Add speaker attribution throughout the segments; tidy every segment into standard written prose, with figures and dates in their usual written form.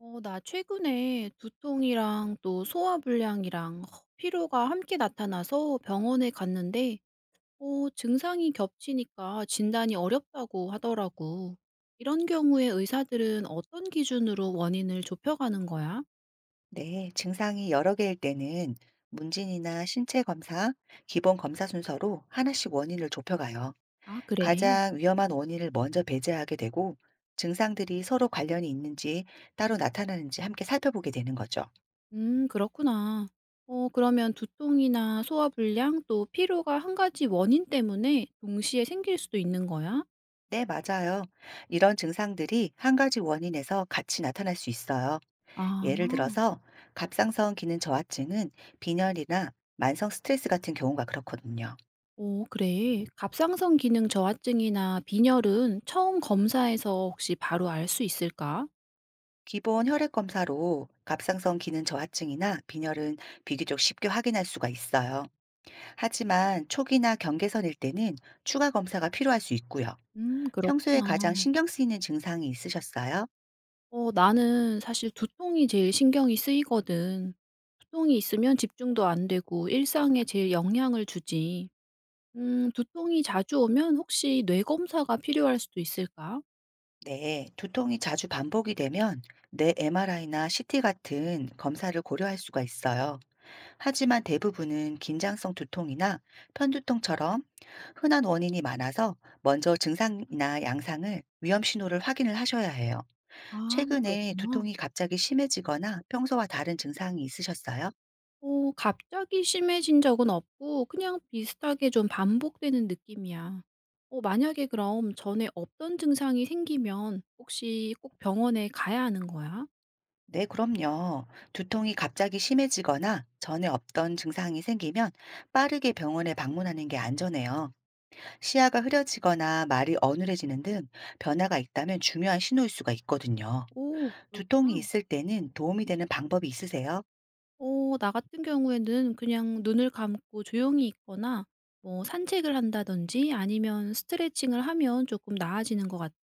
Speaker 1: 나 최근에 두통이랑 또 소화불량이랑 피로가 함께 나타나서 병원에 갔는데, 증상이 겹치니까 진단이 어렵다고 하더라고. 이런 경우에 의사들은 어떤 기준으로 원인을 좁혀가는 거야?
Speaker 2: 네, 증상이 여러 개일 때는 문진이나 신체 검사, 기본 검사 순서로 하나씩 원인을 좁혀가요.
Speaker 1: 아, 그래.
Speaker 2: 가장 위험한 원인을 먼저 배제하게 되고 증상들이 서로 관련이 있는지 따로 나타나는지 함께 살펴보게 되는 거죠.
Speaker 1: 그렇구나. 그러면 두통이나 소화불량 또 피로가 한 가지 원인 때문에 동시에 생길 수도 있는 거야?
Speaker 2: 네, 맞아요. 이런 증상들이 한 가지 원인에서 같이 나타날 수 있어요. 예를
Speaker 1: 아.
Speaker 2: 들어서 갑상선 기능 저하증은 빈혈이나 만성 스트레스 같은 경우가 그렇거든요.
Speaker 1: 오 그래. 갑상선 기능 저하증이나 빈혈은 처음 검사에서 혹시 바로 알 수 있을까?
Speaker 2: 기본 혈액 검사로 갑상선 기능 저하증이나 빈혈은 비교적 쉽게 확인할 수가 있어요. 하지만 초기나 경계선일 때는 추가 검사가 필요할 수 있고요. 평소에
Speaker 1: 그렇구나.
Speaker 2: 가장 신경 쓰이는 증상이 있으셨어요?
Speaker 1: 나는 사실 두통이 제일 신경이 쓰이거든. 두통이 있으면 집중도 안 되고 일상에 제일 영향을 주지. 두통이 자주 오면 혹시 뇌 검사가 필요할 수도 있을까?
Speaker 2: 네, 두통이 자주 반복이 되면 뇌 MRI나 CT 같은 검사를 고려할 수가 있어요. 하지만 대부분은 긴장성 두통이나 편두통처럼 흔한 원인이 많아서 먼저 증상이나 양상을 위험 신호를 확인을 하셔야 해요.
Speaker 1: 아
Speaker 2: 최근에
Speaker 1: 그렇구나.
Speaker 2: 두통이 갑자기 심해지거나 평소와 다른 증상이 있으셨어요?
Speaker 1: 갑자기 심해진 적은 없고 그냥 비슷하게 좀 반복되는 느낌이야. 만약에 그럼 전에 없던 증상이 생기면 혹시 꼭 병원에 가야 하는 거야?
Speaker 2: 네, 그럼요. 두통이 갑자기 심해지거나 전에 없던 증상이 생기면 빠르게 병원에 방문하는 게 안전해요. 시야가 흐려지거나 말이 어눌해지는 등 변화가 있다면 중요한 신호일 수가 있거든요.
Speaker 1: 오
Speaker 2: 두통이
Speaker 1: 그렇구나.
Speaker 2: 있을 때는 도움이 되는 방법이 있으세요?
Speaker 1: 나 같은 경우에는 그냥 눈을 감고 조용히 있거나 뭐 산책을 한다든지 아니면 스트레칭을 하면 조금 나아지는 것 같아.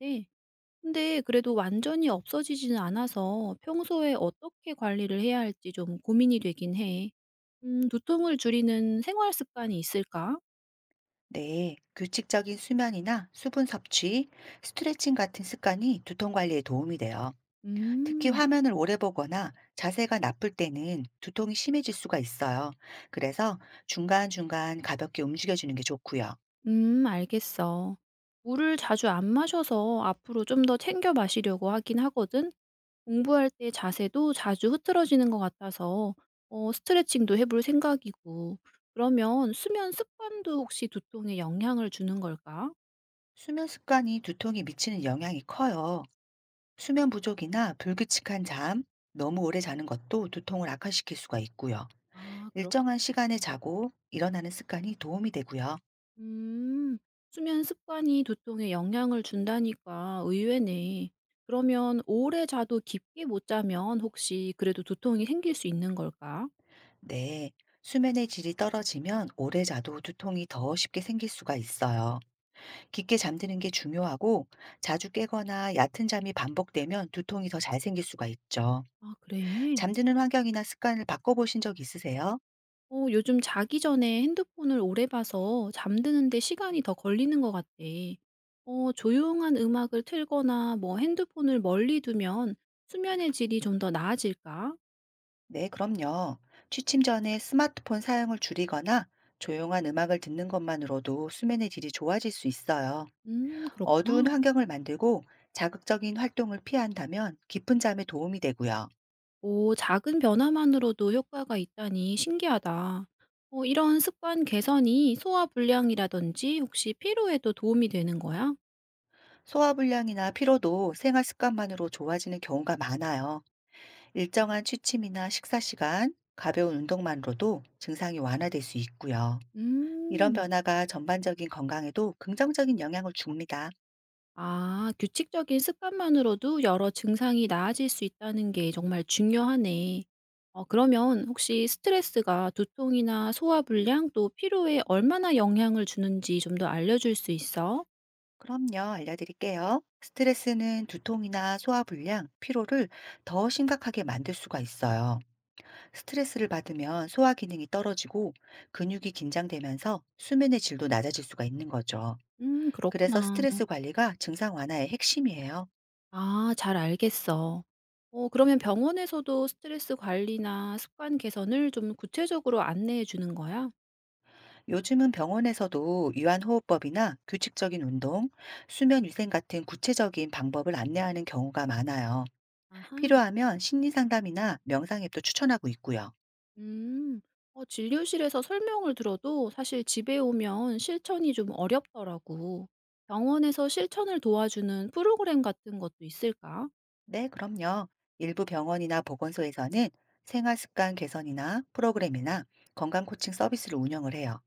Speaker 1: 근데 그래도 완전히 없어지지는 않아서 평소에 어떻게 관리를 해야 할지 좀 고민이 되긴 해. 두통을 줄이는 생활 습관이 있을까?
Speaker 2: 네, 규칙적인 수면이나 수분 섭취, 스트레칭 같은 습관이 두통 관리에 도움이 돼요. 특히
Speaker 1: 음,
Speaker 2: 화면을 오래 보거나 자세가 나쁠 때는 두통이 심해질 수가 있어요. 그래서 중간중간 가볍게 움직여주는 게 좋고요.
Speaker 1: 알겠어. 물을 자주 안 마셔서 앞으로 좀 더 챙겨 마시려고 하긴 하거든. 공부할 때 자세도 자주 흐트러지는 것 같아서 스트레칭도 해볼 생각이고. 그러면 수면 습관도 혹시 두통에 영향을 주는 걸까?
Speaker 2: 수면 습관이 두통에 미치는 영향이 커요. 수면 부족이나 불규칙한 잠, 너무 오래 자는 것도 두통을 악화시킬 수가 있고요.
Speaker 1: 아,
Speaker 2: 일정한
Speaker 1: 그렇겠다.
Speaker 2: 시간에 자고 일어나는 습관이 도움이 되고요.
Speaker 1: 음, 수면 습관이 두통에 영향을 준다니까 의외네. 그러면 오래 자도 깊게 못 자면 혹시 그래도 두통이 생길 수 있는 걸까?
Speaker 2: 네. 수면의 질이 떨어지면 오래 자도 두통이 더 쉽게 생길 수가 있어요. 깊게 잠드는 게 중요하고 자주 깨거나 얕은 잠이 반복되면 두통이 더 잘 생길 수가 있죠.
Speaker 1: 아, 그래?
Speaker 2: 잠드는 환경이나 습관을 바꿔보신 적 있으세요?
Speaker 1: 요즘 자기 전에 핸드폰을 오래 봐서 잠드는데 시간이 더 걸리는 것 같아. 조용한 음악을 틀거나 뭐 핸드폰을 멀리 두면 수면의 질이 좀 더 나아질까?
Speaker 2: 네, 그럼요. 취침 전에 스마트폰 사용을 줄이거나 조용한 음악을 듣는 것만으로도 수면의 질이 좋아질 수 있어요. 어두운
Speaker 1: 그렇구나.
Speaker 2: 환경을 만들고 자극적인 활동을 피한다면 깊은 잠에 도움이 되고요.
Speaker 1: 오, 작은 변화만으로도 효과가 있다니 신기하다. 이런 습관 개선이 소화 불량이라든지 혹시 피로에도 도움이 되는 거야?
Speaker 2: 소화불량이나 피로도 생활 습관만으로 좋아지는 경우가 많아요. 일정한 취침이나 식사 시간, 가벼운 운동만으로도 증상이 완화될 수 있고요. 이런
Speaker 1: 음,
Speaker 2: 변화가 전반적인 건강에도 긍정적인 영향을 줍니다.
Speaker 1: 아, 규칙적인 습관만으로도 여러 증상이 나아질 수 있다는 게 정말 중요하네. 그러면 혹시 스트레스가 두통이나 소화 불량 또 피로에 얼마나 영향을 주는지 좀 더 알려줄 수 있어?
Speaker 2: 그럼요, 알려드릴게요. 스트레스는 두통이나 소화불량, 피로를 더 심각하게 만들 수가 있어요. 스트레스를 받으면 소화 기능이 떨어지고 근육이 긴장되면서 수면의 질도 낮아질 수가 있는 거죠. 그래서
Speaker 1: 그렇구나.
Speaker 2: 스트레스 관리가 증상 완화의 핵심이에요.
Speaker 1: 아 잘 알겠어. 그러면 병원에서도 스트레스 관리나 습관 개선을 좀 구체적으로 안내해 주는 거야?
Speaker 2: 요즘은 병원에서도 유한호흡법이나 규칙적인 운동, 수면 위생 같은 구체적인 방법을 안내하는 경우가 많아요.
Speaker 1: 아하.
Speaker 2: 필요하면 심리 상담이나 명상 앱도 추천하고 있고요.
Speaker 1: 음. 진료실에서 설명을 들어도 사실 집에 오면 실천이 좀 어렵더라고. 병원에서 실천을 도와주는 프로그램 같은 것도 있을까?
Speaker 2: 네, 그럼요. 일부 병원이나 보건소에서는 생활 습관 개선이나 프로그램이나 건강 코칭 서비스를 운영을 해요.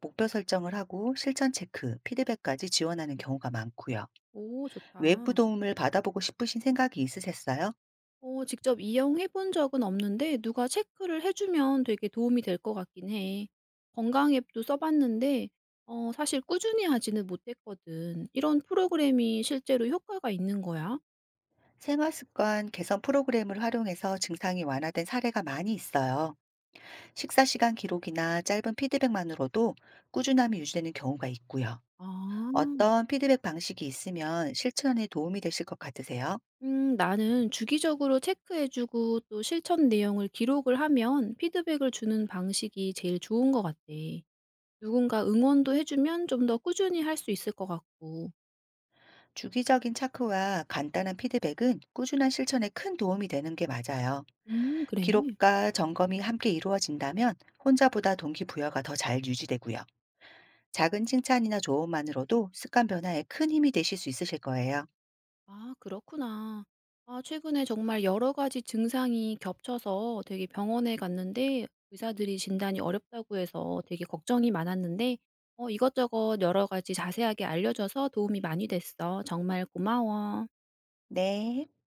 Speaker 2: 목표 설정을 하고 실천 체크, 피드백까지 지원하는 경우가 많고요.
Speaker 1: 오 좋다.
Speaker 2: 외부 도움을 받아보고 싶으신 생각이 있으셨어요?
Speaker 1: 직접 이용해 본 적은 없는데 누가 체크를 해 주면 되게 도움이 될 것 같긴 해. 건강 앱도 써 봤는데 사실 꾸준히 하지는 못했거든. 이런 프로그램이 실제로 효과가 있는 거야?
Speaker 2: 생활 습관 개선 프로그램을 활용해서 증상이 완화된 사례가 많이 있어요. 식사 시간 기록이나 짧은 피드백만으로도 꾸준함이 유지되는 경우가 있고요.
Speaker 1: 아.
Speaker 2: 어떤 피드백 방식이 있으면 실천에 도움이 되실 것 같으세요?
Speaker 1: 나는 주기적으로 체크해 주고 또 실천 내용을 기록을 하면 피드백을 주는 방식이 제일 좋은 것 같아. 누군가 응원도 해 주면 좀 더 꾸준히 할 수 있을 것 같고.
Speaker 2: 주기적인 차크와 간단한 피드백은 꾸준한 실천에 큰 도움이 되는 게 맞아요.
Speaker 1: 그래.
Speaker 2: 기록과 점검이 함께 이루어진다면 혼자보다 동기부여가 더 잘 유지되고요. 작은 칭찬이나 조언만으로도 습관 변화에 큰 힘이 되실 수 있으실 거예요.
Speaker 1: 아 그렇구나. 아 최근에 정말 여러 가지 증상이 겹쳐서 되게 병원에 갔는데 의사들이 진단이 어렵다고 해서 되게 걱정이 많았는데 이것저것 여러 가지 자세하게 알려 줘서 도움이 많이 됐어. 정말 고마워.
Speaker 2: 네.